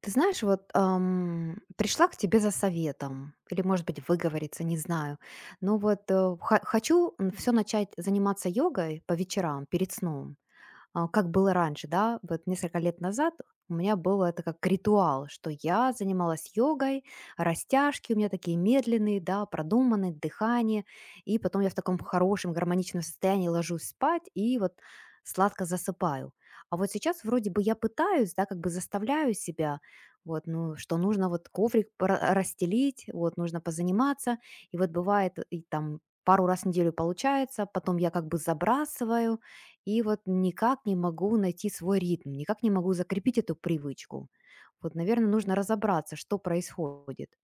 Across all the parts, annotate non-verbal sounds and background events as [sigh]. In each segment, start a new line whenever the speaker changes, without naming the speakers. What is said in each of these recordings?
Ты знаешь, вот пришла к тебе за советом, или, может быть, выговориться, не знаю. Но вот хочу все начать заниматься йогой по вечерам перед сном, а как было раньше, да, вот несколько лет назад у меня было это как ритуал, что я занималась йогой, растяжки у меня такие медленные, да, продуманные, дыхание, и потом я в таком хорошем гармоничном состоянии ложусь спать и вот сладко засыпаю. А вот сейчас вроде бы я пытаюсь, да, как бы заставляю себя, вот, ну, что нужно вот коврик расстелить, вот, нужно позаниматься, и вот бывает и там пару раз в неделю получается, потом я как бы забрасываю, и вот никак не могу найти свой ритм, никак не могу закрепить эту привычку. Вот, наверное, нужно разобраться, что происходит.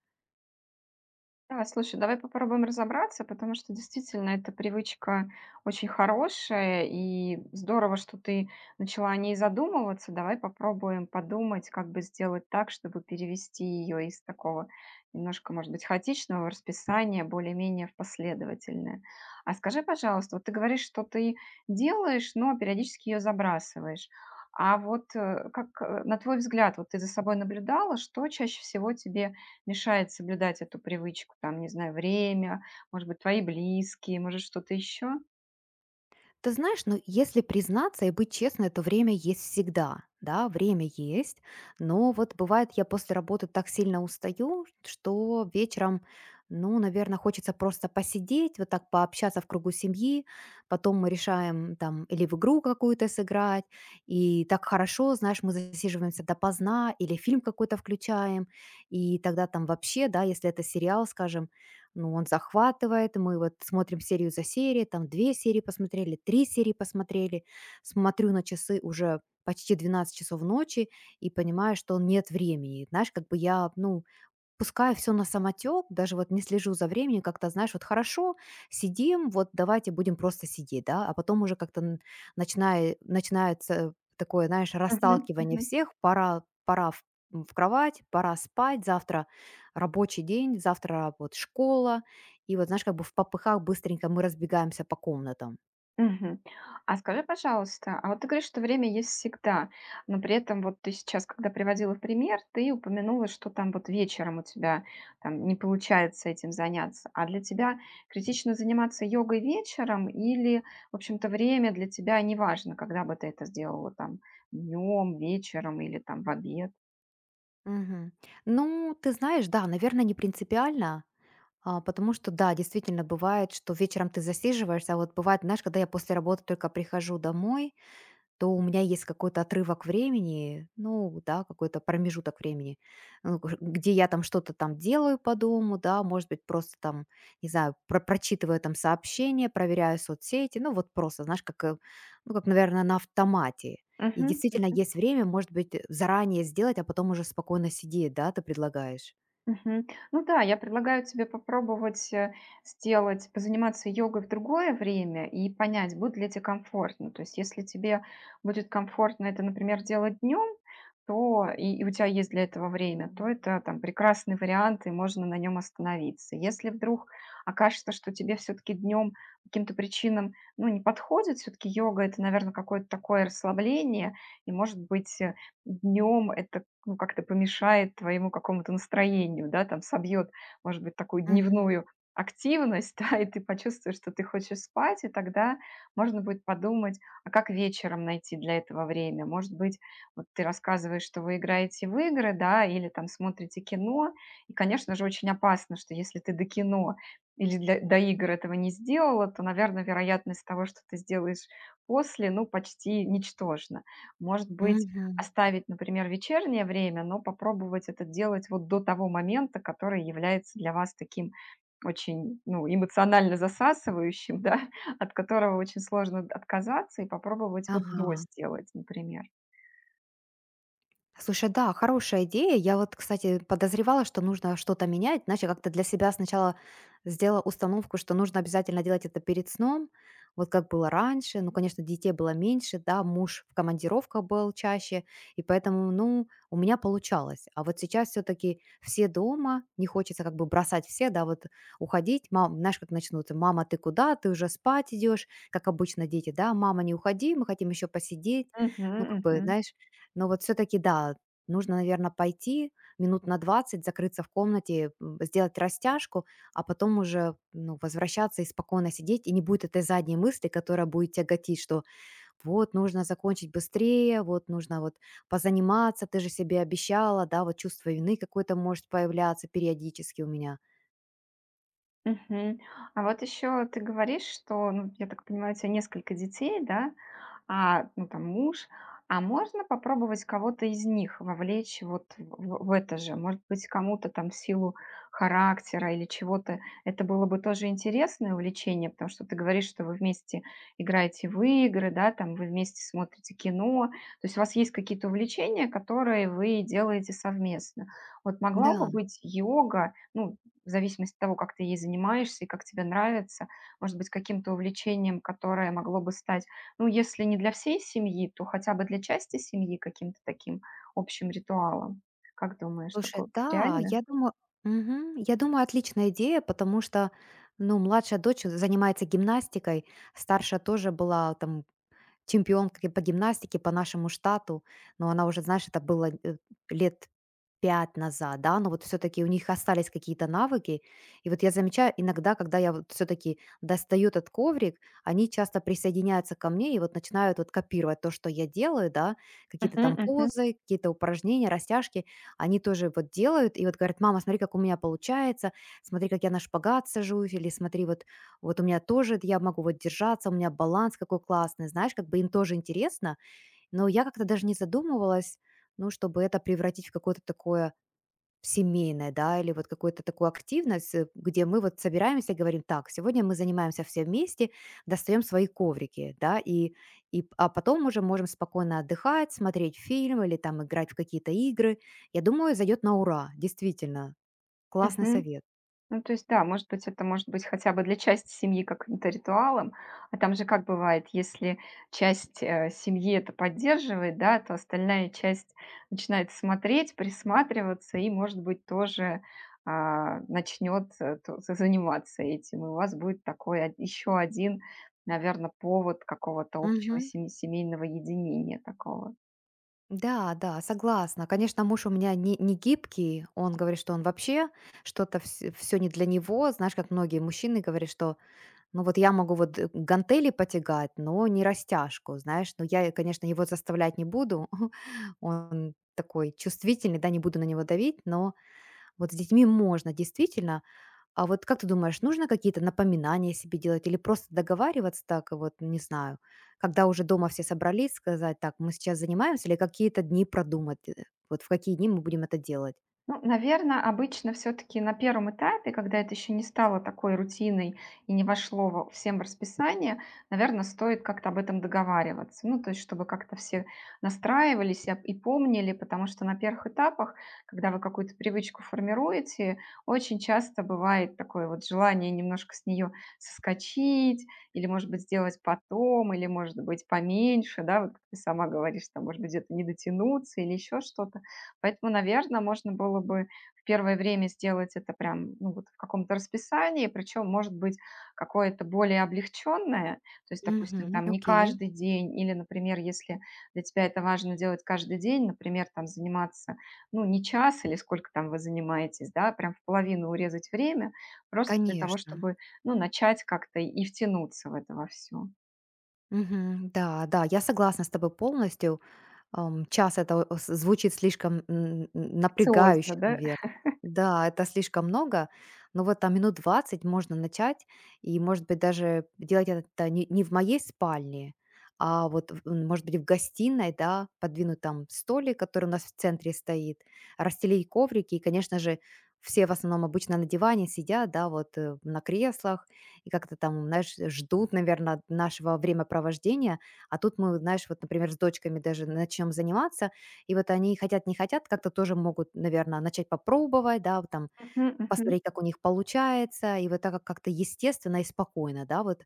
Да, слушай, давай попробуем разобраться, потому что действительно эта привычка очень хорошая, и здорово, что ты начала о ней задумываться. Давай попробуем подумать, как бы сделать так, чтобы перевести ее из такого немножко, может быть, хаотичного расписания более-менее в последовательное. А скажи, пожалуйста, вот ты говоришь, что ты делаешь, но периодически ее забрасываешь. А вот как, на твой взгляд, вот ты за собой наблюдала, что чаще всего тебе мешает соблюдать эту привычку, там, не знаю, время, может быть, твои близкие, может, что-то еще?
Ты знаешь, ну, если признаться и быть честной, то время есть всегда. Да, время есть, но вот бывает, я после работы так сильно устаю, что вечером, ну, наверное, хочется просто посидеть, вот так пообщаться в кругу семьи, потом мы решаем там или в игру какую-то сыграть, и так хорошо, знаешь, мы засиживаемся допоздна, или фильм какой-то включаем, и тогда там вообще, да, если это сериал, скажем, ну, он захватывает. Мы вот смотрим серию за серией, там 2 серии посмотрели, 3 серии посмотрели. Смотрю на часы уже почти 12 часов ночи и понимаю, что нет времени. Знаешь, как бы я, ну, пускаю все на самотек, даже вот не слежу за временем, как-то, знаешь, вот хорошо, сидим, вот давайте будем просто сидеть, да, а потом уже как-то начинается такое, знаешь,
Мгм,
расталкивание
мгм,
всех, пора, пора в кровать, пора спать, завтра рабочий день, завтра вот школа, и вот, знаешь, как бы в попыхах быстренько мы разбегаемся по комнатам.
мгм. А скажи, пожалуйста, а вот ты говоришь, что время есть всегда, но при этом вот ты сейчас, когда приводила в пример, ты упомянула, что там вот вечером у тебя там не получается этим заняться. А для тебя критично заниматься йогой вечером или, в общем-то, время для тебя не важно, когда бы ты это сделала там днем, вечером или там в обед?
Мгм. Ну, ты знаешь, да, наверное, не принципиально. А потому что, да, действительно бывает, что вечером ты засиживаешься, а вот бывает, знаешь, когда я после работы только прихожу домой, то у меня есть какой-то отрывок времени, ну, да, какой-то промежуток времени, ну, где я там что-то там делаю по дому, да, может быть, просто там, не знаю, прочитываю там сообщения, проверяю соцсети, ну, вот просто, знаешь, как, ну, как, наверное, на автомате. И действительно есть время, может быть, заранее сделать, а потом уже спокойно сидеть, да, ты предлагаешь.
Мгм. Ну да, я предлагаю тебе попробовать сделать, позаниматься йогой в другое время и понять, будет ли тебе комфортно. То есть, если тебе будет комфортно это, например, делать днем, то и у тебя есть для этого время, то это там прекрасный вариант, и можно на нем остановиться. Если вдруг окажется, что тебе все-таки днем по каким-то причинам ну, не подходит, все-таки йога это, наверное, какое-то такое расслабление, и, может быть, днем это ну, как-то помешает твоему какому-то настроению, да, там собьет, может быть, такую
Мгм.
дневную активность, [laughs] да, и ты почувствуешь, что ты хочешь спать, и тогда можно будет подумать, а как вечером найти для этого время? Может быть, вот ты рассказываешь, что вы играете в игры, да, или там смотрите кино, и, конечно же, очень опасно, что если ты до кино или до игр этого не сделала, то, наверное, вероятность того, что ты сделаешь после, ну, почти ничтожна. Может быть,
Мгм.
оставить, например, вечернее время, но попробовать это делать вот до того момента, который является для вас таким очень ну, эмоционально засасывающим, да, [laughs] от которого очень сложно отказаться, и попробовать вот до
Ага.
сделать, например.
Слушай, да, хорошая идея. Я вот, кстати, подозревала, что нужно что-то менять. Значит, как-то для себя сначала сделала установку, что нужно обязательно делать это перед сном, вот как было раньше. Ну, конечно, детей было меньше, да, муж в командировках был чаще, и поэтому, ну, у меня получалось. А вот сейчас все таки все дома, не хочется как бы бросать все, да, вот уходить. Мам, знаешь, как начнутся: мама, ты куда? Ты уже спать идешь, как обычно дети, да, мама, не уходи, мы хотим еще посидеть. Ну, как
Мгм,
бы,
мгм.
знаешь, но вот все таки да, нужно, наверное, пойти минут на 20, закрыться в комнате, сделать растяжку, а потом уже, ну, возвращаться и спокойно сидеть. И не будет этой задней мысли, которая будет тяготить, что вот нужно закончить быстрее, вот нужно вот позаниматься, ты же себе обещала, да, вот чувство вины какое-то может появляться периодически у меня.
Мгм. А вот еще ты говоришь, что, ну, я так понимаю, у тебя несколько детей, да, а, ну, там муж, а можно попробовать кого-то из них вовлечь вот в это же? Может быть, кому-то там в силу характера или чего-то. Это было бы тоже интересное увлечение, потому что ты говоришь, что вы вместе играете в игры, да, там вы вместе смотрите кино. То есть у вас есть какие-то увлечения, которые вы делаете совместно. Вот могла бы
Да,
быть йога, ну, в зависимости от того, как ты ей занимаешься и как тебе нравится, может быть, каким-то увлечением, которое могло бы стать, ну, если не для всей семьи, то хотя бы для части семьи каким-то таким общим ритуалом. Как думаешь,
слушай,
такое
да,
реально?
я думаю, отличная идея, потому что, ну, младшая дочь занимается гимнастикой, старшая тоже была там чемпионка по гимнастике по нашему штату, но она уже, знаешь, это было, лет 5 назад, да, но вот все-таки у них остались какие-то навыки. И вот я замечаю, иногда, когда я вот все-таки достаю этот коврик, они часто присоединяются ко мне и вот начинают вот копировать то, что я делаю, да, какие-то
Мгм,
там
мгм,
позы, какие-то упражнения, растяжки, они тоже вот делают и вот говорят: мама, смотри, как у меня получается, смотри, как я на шпагат сажусь, или смотри, вот, вот у меня тоже, я могу вот держаться, у меня баланс какой классный, знаешь, как бы им тоже интересно, но я как-то даже не задумывалась, ну, чтобы это превратить в какое-то такое семейное, да, или вот какую-то такую активность, где мы вот собираемся и говорим: "Так, сегодня мы занимаемся все вместе, достаем свои коврики", да, и п а потом уже можем спокойно отдыхать, смотреть фильм или там играть в какие-то игры. Я думаю, зайдет на ура, действительно. Классный
мгм.
совет.
Ну, то есть, да, может быть, это может быть хотя бы для части семьи каким-то ритуалом, а там же как бывает, если часть семьи это поддерживает, да, то остальная часть начинает смотреть, присматриваться и, может быть, тоже а, начнет заниматься этим. И у вас будет такой еще один, наверное, повод какого-то общего
Мгм.
семейного единения такого.
Да, да, согласна. Конечно, муж у меня не гибкий. Он говорит, что он вообще что-то все не для него. Знаешь, как многие мужчины говорят, что ну вот я могу вот гантели потягать, но не растяжку, знаешь. Но я, конечно, его заставлять не буду. [laughs] Он такой чувствительный, да, не буду на него давить, но вот с детьми можно действительно. А вот как ты думаешь, нужно какие-то напоминания себе делать или просто договариваться так, вот, не знаю, когда уже дома все собрались, сказать: так, мы сейчас занимаемся, или какие-то дни продумать, вот в какие дни мы будем это делать?
Ну, наверное, обычно все таки на первом этапе, когда это еще не стало такой рутиной и не вошло во всем в расписание, наверное, стоит как-то об этом договариваться. Ну, то есть чтобы как-то все настраивались и об и помнили, потому что на первых этапах, когда вы какую-то привычку формируете, очень часто бывает такое вот желание немножко с нее соскочить или, может быть, сделать потом, или, может быть, поменьше, да, вот как ты сама говоришь, там, может быть, где-то не дотянуться или еще что-то. Поэтому, наверное, можно было бы в первое время сделать это прям, ну, вот в каком-то расписании, причем, может быть, какое-то более облегченное. То есть, допустим,
Мгм.
там не
Окей.
каждый день или, например, если для тебя это важно делать каждый день, например, там заниматься, ну, не час или сколько там вы занимаетесь, да, прям в половину урезать время, просто для того,
Конечно.
чтобы, ну, начать как-то и втянуться в это во всё.
Мгм. Да, да, я согласна с тобой полностью. Это о с звучит слишком, м, н напрягающе,
Официозно, да?
наверно. Да, это слишком много, но вот там минут 20 можно начать, и, может быть, даже делать это не в моей спальне, а вот может быть, в гостиной, да, подвинуть там столик, который у нас в центре стоит, расстелить коврики. И, конечно же, все в основном обычно на диване сидят, да, вот, на креслах и как-то там, знаешь, ждут, наверное, нашего времяпровождения. А тут мы, знаешь, вот, например, с дочками даже начнем заниматься, и вот они хотят, не хотят, как-то тоже могут, наверное, начать попробовать, да, вот там
Мгм, мгм.
посмотреть, как у них получается, и вот так как-то естественно и спокойно, да, вот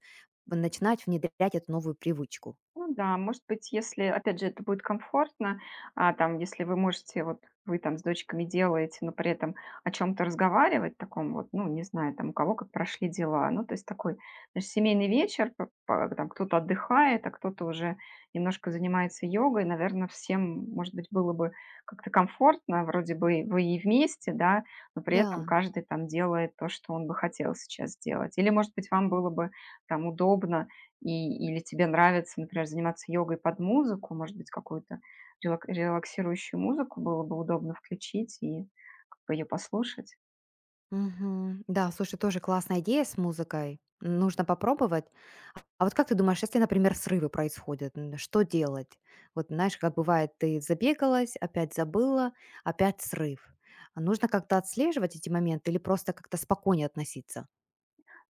начинать внедрять эту новую привычку.
Ну да, может быть, если, опять же, это будет комфортно, а, там, если вы можете, вот вы там с дочками делаете, но при этом о чем-то разговаривать, таком вот, ну, не знаю, там, у кого как прошли дела, ну, то есть такой, знаешь, семейный вечер, там кто-то отдыхает, а кто-то уже немножко занимается йогой, наверное, всем, может быть, было бы как-то комфортно, вроде бы и вы и вместе, да, но при этом
Да.
каждый там делает то, что он бы хотел сейчас сделать. Или, может быть, вам было бы там удобно и или тебе нравится, например, заниматься йогой под музыку, может быть, какую-то релаксирующую музыку было бы удобно включить и как бы ее послушать.
Мгм. Да, слушай, тоже классная идея с музыкой. Нужно попробовать. А вот как ты думаешь, если, например, срывы происходят, что делать? Вот знаешь, как бывает, ты забегалась, опять забыла, опять срыв. А нужно как-то отслеживать эти моменты или просто как-то спокойнее относиться?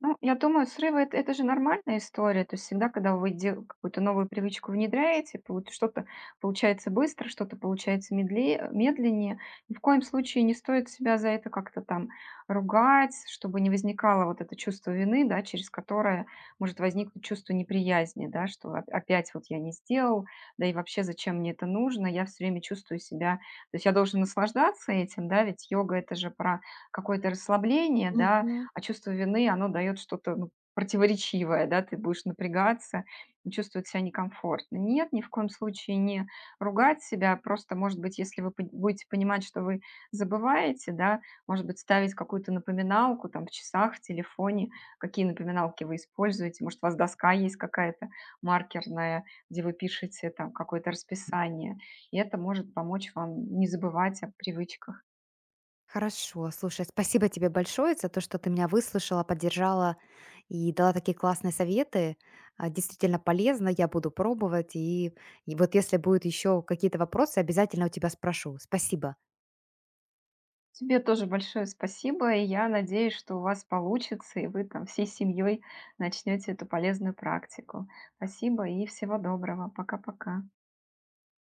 Ну, я думаю, срывы- это же нормальная история. То есть всегда, когда вы дел какую-то новую привычку внедряете, полу что-то получается быстро, что-то получается медленнее. Ни в коем случае не стоит себя за это как-то там ругать, чтобы не возникало вот это чувство вины, да, через которое может возникнуть чувство неприязни, да, что опять вот я не сделал, да и вообще зачем мне это нужно, я все время чувствую себя, то есть я должен наслаждаться этим, да, ведь йога это же про какое-то расслабление, да,
Мгм.
а чувство вины, оно дает что-то ну, противоречивое, да, ты будешь напрягаться, и чувствовать себя некомфортно. Нет, ни в коем случае не ругать себя, просто, может быть, если вы будете понимать, что вы забываете, да, может быть, ставить какую-то напоминалку там в часах, в телефоне, какие напоминалки вы используете, может, у вас доска есть какая-то маркерная, где вы пишете там какое-то расписание, и это может помочь вам не забывать о привычках.
Хорошо, слушай, спасибо тебе большое за то, что ты меня выслушала, поддержала и дала такие классные советы. А, действительно полезно, я буду пробовать. И, вот если будут еще какие-то вопросы, обязательно у тебя спрошу. Спасибо.
Тебе тоже большое спасибо, и я надеюсь, что у вас получится, и вы там всей семьей начнете эту полезную практику. Спасибо и всего доброго. Пока-пока.